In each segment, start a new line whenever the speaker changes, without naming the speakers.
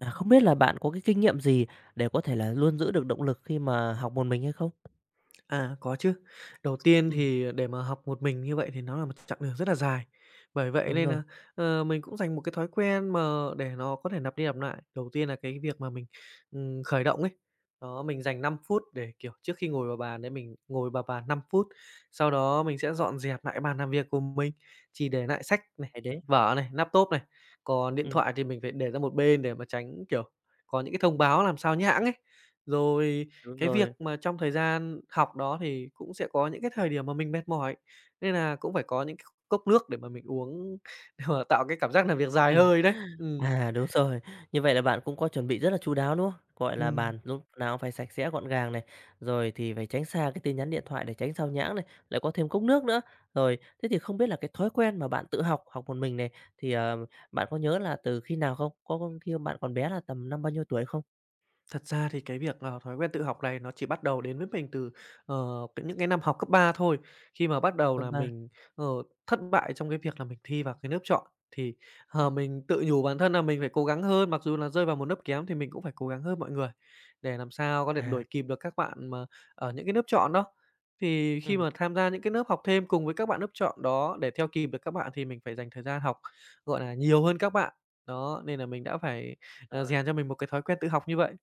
À, không biết là bạn có cái kinh nghiệm gì để có thể là luôn giữ được động lực khi mà học một mình hay không?
À, có chứ. Đầu tiên
Ừm,
thì để mà học một mình như vậy thì nó là một chặng đường rất là dài. Bởi vậy
đúng
nên
rồi,
là, mình cũng dành một cái thói quen mà để nó có thể lặp đi lặp lại. Đầu tiên là cái việc mà mình, khởi động ấy, đó, mình dành 5 phút để, kiểu, trước khi ngồi vào bàn đấy mình ngồi vào bàn 5 phút, sau đó mình sẽ dọn dẹp lại bàn làm việc của mình, chỉ để lại sách này,
hay đấy.
vở này, laptop này, còn điện
Ừm,
thoại thì mình phải để ra một bên để mà tránh, kiểu, có những cái thông báo làm sao nhãng ấy. Rồi
đúng
cái việc
rồi.
mà trong thời gian học đó thì cũng sẽ có những cái thời điểm mà mình mệt mỏi, nên là cũng phải có những cái cốc nước để mà mình uống để mà tạo cái cảm giác làm việc dài
Ừm,
hơi đấy. Ừm.
à, đúng rồi. Như vậy là bạn cũng có chuẩn bị rất là chu đáo, đúng không? Gọi là
ừm.
bàn lúc nào cũng phải sạch sẽ gọn gàng này, rồi thì phải tránh xa cái tin nhắn điện thoại để tránh sao nhãng này, lại có thêm cốc nước nữa. Rồi, thế thì không biết là cái thói quen mà bạn tự học, học một mình này thì, bạn có nhớ là từ khi nào không? Có khi bạn còn bé là tầm năm bao nhiêu tuổi không?
Thật ra thì cái việc, thói quen tự học này nó chỉ bắt đầu đến với mình từ, cái những cái năm học cấp 3 thôi. Khi mà bắt đầu
Cấp
là
ba
mình, ờ, thất bại trong cái việc là mình thi vào cái lớp chọn thì, mình tự nhủ bản thân là mình phải cố gắng hơn, mặc dù là rơi vào một lớp kém thì mình cũng phải cố gắng hơn mọi người để làm sao có thể
à,
đuổi kịp được các bạn mà ở những cái lớp chọn đó. Thì khi
ừ
mà tham gia những cái lớp học thêm cùng với các bạn lớp chọn đó để theo kịp được các bạn thì mình phải dành thời gian học, gọi là, nhiều hơn các bạn. Đó, nên là mình đã phải,
rồi.
rèn cho mình một cái thói quen tự học như vậy.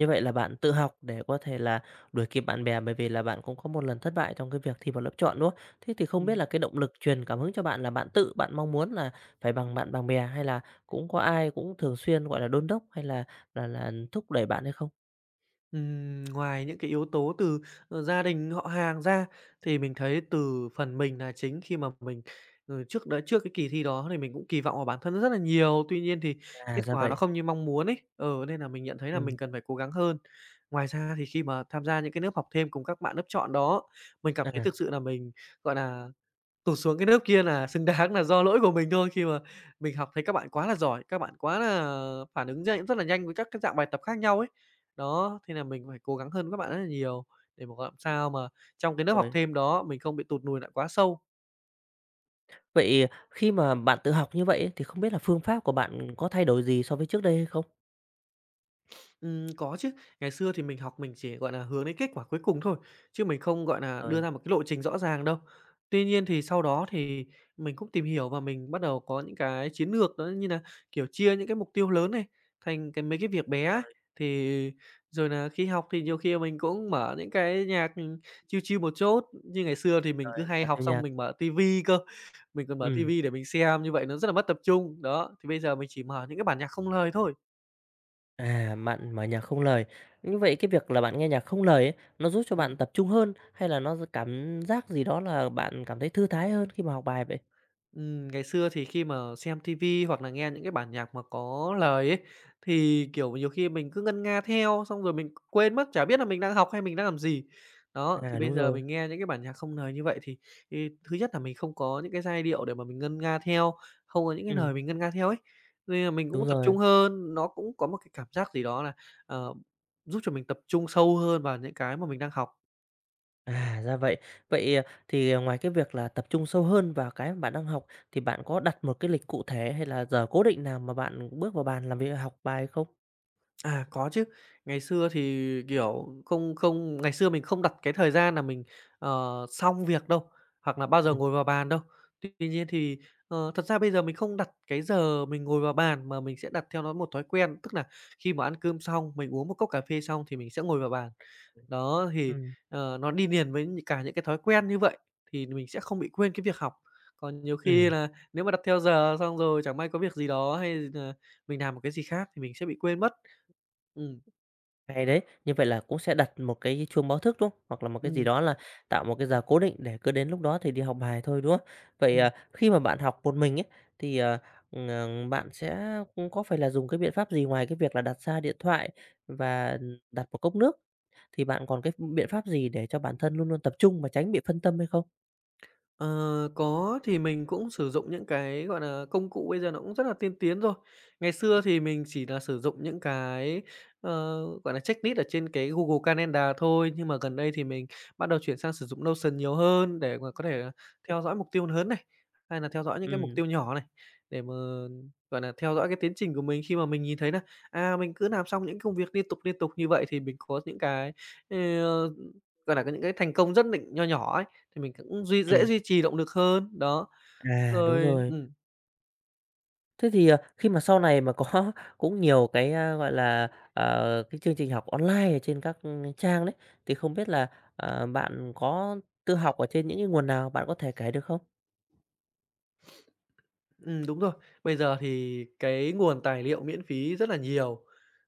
Như vậy là bạn tự học để có thể là đuổi kịp bạn bè bởi vì là bạn cũng có một lần thất bại trong cái việc thi vào lớp chọn, đúng không? Thế thì không biết
Ừm,
là cái động lực truyền cảm hứng cho bạn là bạn tự bạn mong muốn là phải bằng bạn bằng bè hay là cũng có ai cũng thường xuyên, gọi là, đôn đốc hay là là thúc đẩy bạn hay không?
ngoài những cái yếu tố từ, gia đình, họ hàng ra thì mình thấy từ phần mình là chính khi mà mình, trước đấy trước cái kỳ thi đó thì mình cũng kỳ vọng vào bản thân rất là nhiều, tuy nhiên thì
À,
kết
ra
quả nó
vậy.
không như mong muốn ấy, nên là mình nhận thấy là
Ừ,
mình cần phải cố gắng hơn. Ngoài ra thì khi mà tham gia những cái lớp học thêm cùng các bạn lớp chọn đó, mình cảm thấy
à,
thực sự là mình, gọi là tụt xuống cái nớp kia là xứng đáng là do lỗi của mình thôi, khi mà mình học thấy các bạn quá là giỏi, các bạn quá là phản ứng nhanh rất là nhanh với các cái dạng bài tập khác nhau ấy. Đó, thế là mình phải cố gắng hơn các bạn rất là nhiều để mà làm sao mà trong cái lớp học
rồi.
thêm đó mình không bị tụt lùi lại quá sâu.
Vậy khi mà bạn tự học như vậy ấy, thì không biết là phương pháp của bạn có thay đổi gì so với trước đây hay không?
Có chứ. Ngày xưa thì mình học mình chỉ, gọi là, hướng đến kết quả cuối cùng thôi, chứ mình không, gọi nà, đưa
Rồi,
ra một cái lộ trình rõ ràng đâu. Tuy nhiên thì sau đó thì mình cũng tìm hiểu và mình bắt đầu có những cái chiến lược đó như nà, kiểu, chia những cái mục tiêu lớn này, thành cái mấy cái việc bé ấy.
rồi,
Thì rồi nà khi học thì nhiều khi mình cũng mở những cái nhạc, chill chill một chút, như ngày xưa thì mình cứ
rồi,
hay
và
học
thêm nhạc.
xong mình mở ti vi cơ, mình còn mở ti
Ừ.
vi để mình xem, như vậy nó rất là mất tập trung. Đó, thì bây giờ mình chỉ mở những cái bản nhạc không lời thôi.
À, bạn mở nhạc không lời. Như vậy cái việc là bạn nghe nhạc không lời ấy, nó giúp cho bạn
Ừm,
tập trung hơn hay là nó cảm giác gì đó là bạn cảm thấy thư thái hơn khi mà học bài vậy?
Ngày xưa thì khi mà xem ti vi hoặc là nghe những cái bản nhạc mà có lời ấy, thì, kiểu, nhiều khi mình cứ ngân nga theo, xong rồi mình quên mất, chả biết là mình đang học hay mình đang làm gì. Đó,
À,
thì bây
đúng
giờ
rồi.
mình nghe những cái bản nhạc không lời như vậy thì thứ nhất là mình không có những cái giai điệu để mà mình ngân nga theo, không có những cái
Ừm,
lời mình ngân nga theo ấy, nên là mình cũng
đúng
tập
rồi.
trung hơn, nó cũng có một cái cảm giác gì đó là, ờ, giúp cho mình tập trung sâu hơn vào những cái mà mình đang học.
À, ra vậy. Vậy, à, thì ngoài cái việc là tập trung sâu hơn vào cái mà bạn đang học thì bạn có đặt một cái lịch cụ thể hay là giờ cố định nào mà bạn bước vào bàn làm việc học bài không?
À, có chứ. Ngày xưa thì, kiểu, không không ngày xưa mình không đặt cái thời gian là mình, xong việc đâu, hoặc là bao giờ
Ừm,
ngồi vào bàn đâu. Tuy tuy nhiên thì, thật ra bây giờ mình không đặt cái giờ mình ngồi vào bàn, mà mình sẽ đặt theo nó một thói quen, tức là khi mà ăn cơm xong, mình uống một cốc cà phê xong thì mình sẽ ngồi vào bàn. Đó, thì,
ừm,
nó đi liền với những cả những cái thói quen như vậy thì mình sẽ không bị quên cái việc học. Còn nhiều khi
ừm.
là nếu mà đặt theo giờ xong rồi chẳng may có việc gì đó hay là mình làm một cái gì khác thì mình sẽ bị quên mất. Ừm.
Hay đấy, như vậy là cũng sẽ đặt một cái chuông báo thức, đúng không? Hoặc là một cái gì
ừm,
đó là tạo một cái giờ cố định để cứ đến lúc đó thì đi học bài thôi, đúng không? Vậy,
ừm.
à, khi mà bạn học một mình ấy, thì, bạn sẽ cũng có phải là dùng cái biện pháp gì ngoài cái việc là đặt xa điện thoại và đặt một cốc nước, thì bạn còn cái biện pháp gì để cho bản thân luôn luôn tập trung và tránh bị phân tâm hay không?
Ờ, có, thì mình cũng sử dụng những cái, gọi là công cụ bây giờ nó cũng rất là tiên tiến rồi. Ngày
Ừ,
xưa thì mình chỉ là sử dụng những cái, gọi là checklist ở trên cái Google Calendar thôi, nhưng mà gần đây thì mình bắt đầu chuyển sang sử dụng Notion nhiều hơn để mà có thể
đấy,
theo dõi mục tiêu lớn này, hay là theo dõi những cái mục
ừm,
tiêu nhỏ này, để mà, gọi là theo dõi cái tiến trình của mình khi mà mình nhìn thấy nà, à, mình cứ làm xong những công việc liên tục như vậy thì mình có những cái, ờ, gọi là có những cái thành công rất định nho nhỏ ấy. Thì mình cũng duy dễ
ừm,
duy trì động lực hơn, đó.
à, đúng
Rồi,
rồi. Thế thì, khi mà sau này mà có cũng nhiều cái, a, gọi là, cái chương trình học online ở trên các trang đấy, thì không biết là, bạn có tự học ở trên những cái nguồn nào, bạn có thể kể được không?
đúng rồi. Bây giờ thì cái nguồn tài liệu miễn phí rất là nhiều,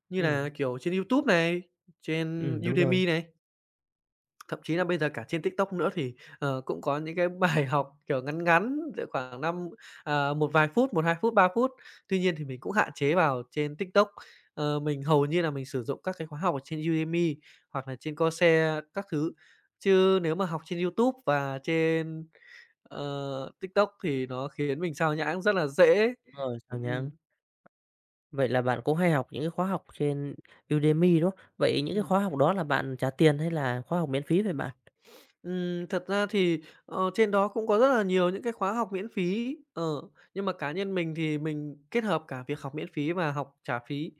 như
Ừ
là, kiểu, trên YouTube này, trên
ừm, đúng rồi,
Udemy này, thậm chí là bây giờ cả trên TikTok nữa thì, cũng có những cái bài học, kiểu, ngắn ngắn, cỡ khoảng một vài phút, một hai phút, 3 phút. Tuy nhiên thì mình cũng hạn chế vào trên TikTok. Ờ, mình hầu như là mình sử dụng các cái khóa học ở trên Udemy hoặc là trên Coursera các thứ, chứ nếu mà học trên YouTube và trên TikTok thì nó khiến mình xao nhãng rất là dễ.
đúng rồi, sao nhãng.
Ừm.
Vậy là bạn cũng hay học những cái khóa học trên Udemy, đúng không? Vậy những cái
Ừm.
khóa học đó là bạn trả tiền hay là khóa học miễn phí vậy bạn?
Thật ra thì, trên đó cũng có rất là nhiều những cái khóa học miễn phí, nhưng mà cá nhân mình thì mình kết hợp cả việc học miễn phí và học trả phí.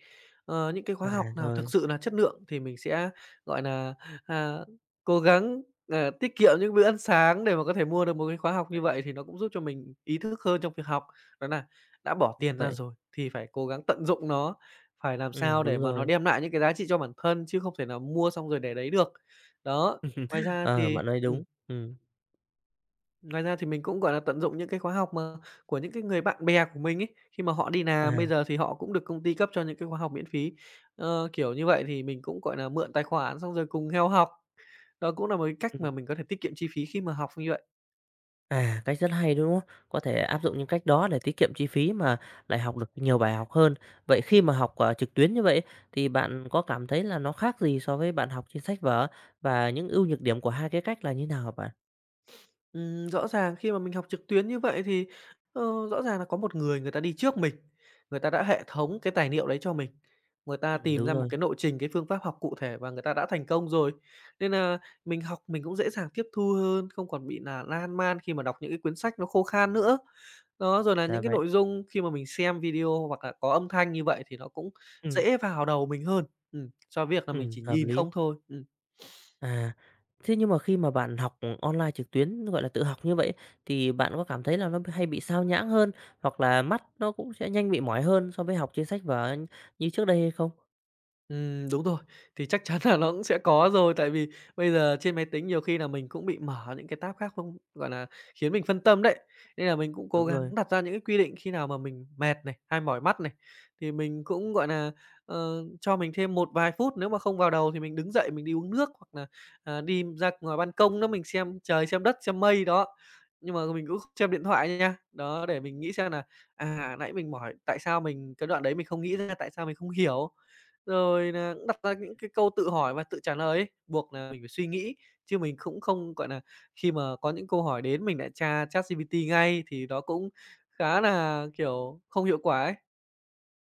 Ờ, những cái khóa
À,
học nào thực
rồi,
sự là chất lượng thì mình sẽ, gọi là à, cố gắng, tiết kiệm những bữa ăn sáng để mà có thể mua được một cái khóa học như vậy thì nó cũng giúp cho mình ý thức hơn trong việc học. Đó là đã bỏ
ra
tiền ra
vậy.
rồi thì phải cố gắng tận dụng nó, phải làm sao để
Đúng
mà nó
rồi.
đem lại những cái giá trị cho bản thân chứ không thể nào mua xong rồi để đấy được. Đó, ngoài ra
Ờ,
thì
bạn nói đúng,
Ừm,
ừ,
ngoài ra thì mình cũng, gọi là, tận dụng những cái khóa học mà của những cái người bạn bè của mình ấy, khi mà họ đi làm
à,
bây giờ thì họ cũng được công ty cấp cho những cái khóa học miễn phí. Ờ, kiểu như vậy thì mình cũng, gọi là mượn tài khoản xong rồi cùng nhau học. Đó cũng là một cái cách
ừm.
mà mình có thể tiết kiệm chi phí khi mà học như vậy.
À, cách rất hay, đúng không? Có thể áp dụng những cách đó để tiết kiệm chi phí mà lại học được nhiều bài học hơn. Vậy khi mà học, trực tuyến như vậy thì bạn có cảm thấy là nó khác gì so với bạn học trên sách vở và những ưu nhược điểm của hai cái cách là như nào hả bạn?
Rõ ràng khi mà mình học trực tuyến như vậy thì, ờ, rõ ràng là có một người người ta đi trước mình, người ta đã hệ thống cái tài liệu đấy cho mình, người ta tìm
Đúng
ra một
rồi,
cái lộ trình, cái phương pháp học cụ thể và người ta đã thành công rồi. Nên là mình học mình cũng dễ dàng tiếp thu hơn, không còn bị là lan man khi mà đọc những cái cuốn sách nó khô khan nữa. Đó, rồi là
ra
những cái
vậy.
nội dung khi mà mình xem video hoặc là có âm thanh như vậy thì nó cũng
Ừm,
dễ vào đầu mình hơn, so với việc là mình chỉ
hợp
nhìn
lý.
không thôi. Ừm,
À, thế nhưng mà khi mà bạn học online trực tuyến, gọi là, tự học như vậy thì bạn có cảm thấy là nó hay bị sao nhãng hơn hoặc là mắt nó cũng sẽ nhanh bị mỏi hơn so với học trên sách vở như trước đây hay không?
Đúng rồi. Thì chắc chắn là nó cũng sẽ có rồi, tại vì bây giờ trên máy tính nhiều khi là mình cũng bị mở những cái tab khác không gọi là, khiến mình phân tâm đấy. Nên là mình cũng cố
Đúng rồi.
gắng đặt ra những cái quy định khi nào mà mình mệt này, hay mỏi mắt này, thì mình cũng, gọi là cho mình thêm một vài phút, nếu mà không vào đầu thì mình đứng dậy mình đi uống nước hoặc là, à, đi ra ngoài ban công đó mình xem trời, xem đất, xem mây, đó. Nhưng mà mình cũng không xem điện thoại nha. Đó, để mình nghĩ xem là à, nãy mình mỏi, tại sao mình cái đoạn đấy mình không nghĩ ra, tại sao mình không hiểu? Rồi là cũng đặt ra những cái câu tự hỏi và tự trả lời ấy, buộc là mình phải suy nghĩ, chứ mình cũng không, gọi là khi mà có những câu hỏi đến mình lại tra ChatGPT ngay thì nó cũng khá là kiểu, không hiệu quả ấy.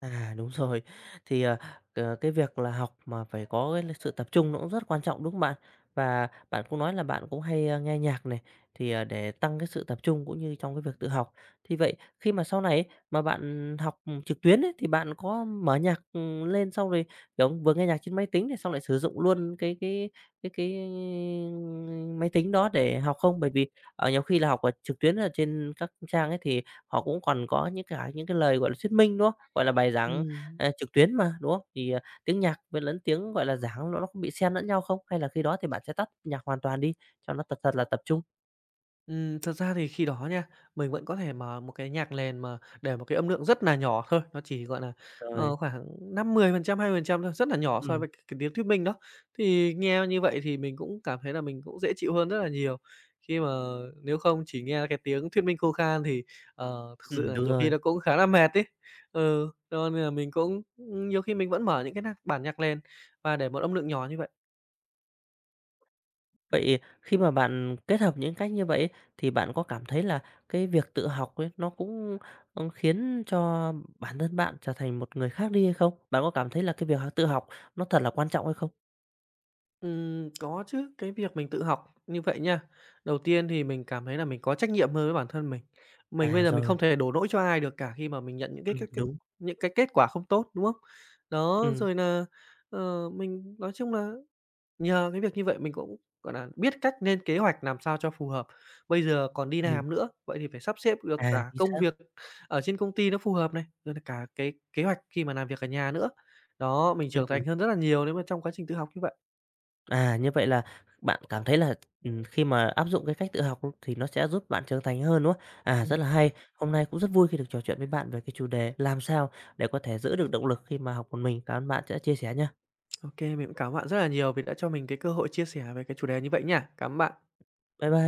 À, đúng rồi. Thì, cái việc là học mà phải có cái sự tập trung nó cũng rất quan trọng, đúng không bạn? Và bạn cũng nói là bạn cũng hay, a, nghe nhạc này, thì, à, để tăng cái sự tập trung cũng như trong cái việc tự học. Thì vậy khi mà sau này ấy, mà bạn học, trực tuyến ấy, thì bạn có mở nhạc, lên xong rồi, kiểu, vừa nghe nhạc trên máy tính này, xong lại sử dụng luôn cái máy tính đó để học không? Bởi vì, ở nhiều khi là học ở trực tuyến ở trên các trang ấy thì họ cũng còn có những cái lời, gọi là, thuyết minh, đúng không? Gọi là, bài giảng,
Ừm.
à, trực tuyến mà, đúng không? Thì, à, tiếng nhạc với lẫn tiếng, gọi là, giảng nó có bị xen lẫn nhau không? Hay là khi đó thì bạn sẽ tắt nhạc hoàn toàn đi cho nó thật thật là tập trung?
Thật ra thì khi đó nha, mình vẫn có thể mở một cái nhạc nền mà để một cái âm lượng rất là nhỏ thôi, nó chỉ, gọi nà,
Rồi,
khoảng 5, phần trăm 20% thôi, rất là nhỏ so
ừm,
với cái tiếng thuyết minh đó. Thì nghe như vậy thì mình cũng cảm thấy là mình cũng dễ chịu hơn rất là nhiều, khi mà nếu không chỉ nghe cái tiếng thuyết minh khô khan thì, thực sự là
đúng
nhiều khi
rồi.
nó cũng khá là mệt ấy. Ừ, cho nên là mình cũng nhiều khi mình vẫn mở những cái bản nhạc nền và để một âm lượng nhỏ như vậy.
Vậy khi mà bạn kết hợp những cách như vậy thì bạn có cảm thấy là cái việc tự học ấy nó cũng, ơ, khiến cho bản thân bạn trở thành một người khác đi hay không? Bạn có cảm thấy là cái việc tự học nó thật là quan trọng hay không?
Có chứ, cái việc mình tự học như vậy nha, đầu tiên thì mình cảm thấy là mình có trách nhiệm hơn với bản thân mình. Mình bây
À,
giờ mình
rồi,
không thể đổ lỗi cho ai được cả khi mà mình nhận những cái cái cái
đúng,
những cái kết quả không tốt, đúng không? Đó,
ừm,
rồi là mình nói chung là nhờ cái việc như vậy mình cũng, gọi là biết cách lên kế hoạch làm sao cho phù hợp. Bây giờ còn đi
ừm,
làm nữa, vậy thì phải sắp xếp được
à,
cả
chính
công
xác.
việc ở trên công ty nó phù hợp này, rồi là cả cái kế hoạch khi mà làm việc ở nhà nữa. Đó, mình trưởng
Ừm,
thành hơn rất là nhiều nếu mà trong quá trình tự học như vậy.
à, như vậy là bạn cảm thấy là, khi mà áp dụng cái cách tự học thì nó sẽ giúp bạn trưởng thành hơn, đúng không? À, rất là hay. Hôm nay cũng rất vui khi được trò chuyện với bạn về cái chủ đề làm sao để có thể giữ được động lực khi mà học một mình. Cảm ơn bạn đã chia sẻ nha.
OK, mình cũng cảm ơn bạn rất là nhiều vì đã cho mình cái cơ hội chia sẻ về cái chủ đề như vậy nha. Cảm ơn bạn.
Bye bye.